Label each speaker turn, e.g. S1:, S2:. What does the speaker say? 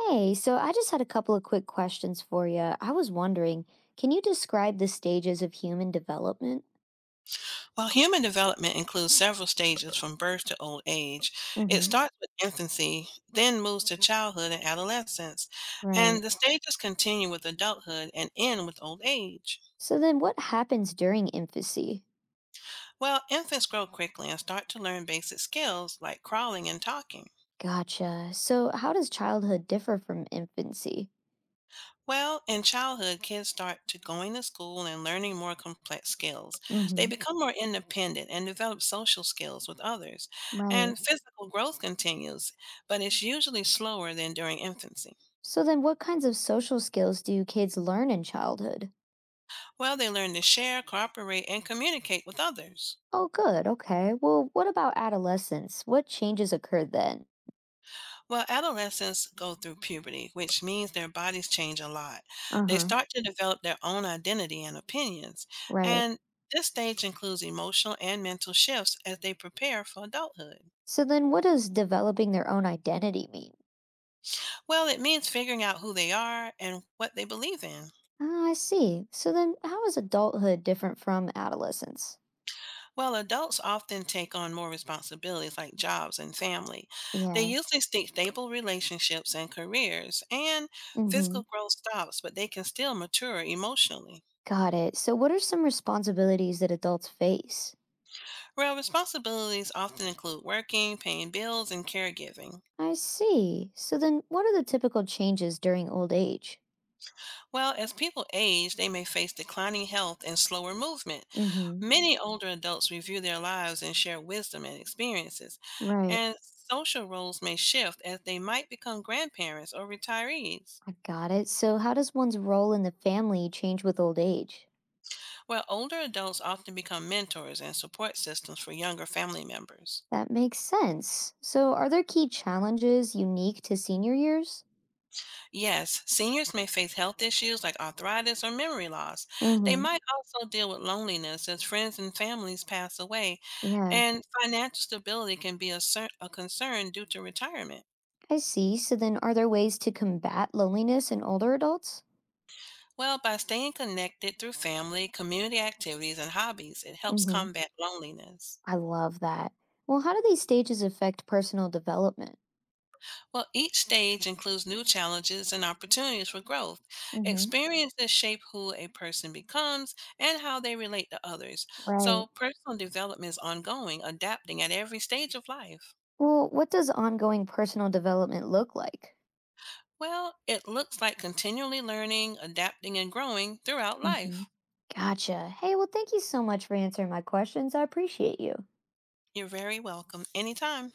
S1: Hey, so I just had a couple of quick questions for you. I was wondering, can you describe the stages of human development?
S2: While human development includes several stages from birth to old age, it
S1: Mm-hmm.
S2: starts with infancy, then moves to childhood and adolescence,
S1: Right.
S2: and the stages continue with adulthood and end with old age.
S1: So then what happens during infancy?
S2: Well, infants grow quickly and start to learn basic skills like crawling and talking.
S1: Gotcha. So how does childhood differ from infancy?
S2: Well, in childhood, kids start to going to school and learning more complex skills. They
S1: Mm-hmm.
S2: become more independent and develop social skills with others.
S1: Right.
S2: And physical growth continues, but it's usually slower than during infancy.
S1: So then what kinds of social skills do kids learn in childhood?
S2: Well, they learn to share, cooperate, and communicate with others.
S1: Oh, good. Okay. Well, what about adolescence? What changes occur then?
S2: Well, adolescents go through puberty, which means their bodies change a lot. They
S1: Uh-huh.
S2: start to develop their own identity and opinions.
S1: Right.
S2: And this stage includes emotional and mental shifts as they prepare for adulthood.
S1: So then what does developing their own identity mean?
S2: Well, it means figuring out who they are and what they believe in.
S1: Ah, I see. So then, how is adulthood different from adolescence?
S2: Well, adults often take on more responsibilities like jobs and family. They
S1: Yeah.
S2: usually seek stable relationships and careers, and
S1: Mm-hmm.
S2: physical growth stops, but they can still mature emotionally.
S1: Got it. So, what are some responsibilities that adults face?
S2: Well, responsibilities often include working, paying bills, and caregiving.
S1: I see. So then, what are the typical changes during old age?
S2: Well, as people age, they may face declining health and slower movement.
S1: Mm-hmm.
S2: Many older adults review their lives and share wisdom and experiences,
S1: Right.
S2: and social roles may shift as they might become grandparents or retirees.
S1: I got it. So, how does one's role in the family change with old age?
S2: Well, older adults often become mentors and support systems for younger family members.
S1: That makes sense. So, are there key challenges unique to senior years?
S2: Yes, seniors may face health issues like arthritis or memory loss. They
S1: Mm-hmm.
S2: might also deal with loneliness as friends and families pass away,
S1: Yeah.
S2: and financial stability can be a concern due to retirement.
S1: I see. So then, are there ways to combat loneliness in older adults?
S2: Well, by staying connected through family, community activities, and hobbies, it helps
S1: Mm-hmm.
S2: combat loneliness.
S1: I love that. Well, how do these stages affect personal development?
S2: Well, each stage includes new challenges and opportunities for growth.
S1: Hmm.
S2: Experiences shape who a person becomes and how they relate to others.
S1: Right.
S2: So, personal development is ongoing, adapting at every stage of life.
S1: Well, what does ongoing personal development look like?
S2: Well, it looks like continually learning, adapting, and growing throughout
S1: Hmm.
S2: life.
S1: Gotcha. Hey, well, thank you so much for answering my questions. I appreciate you.
S2: You're very welcome anytime.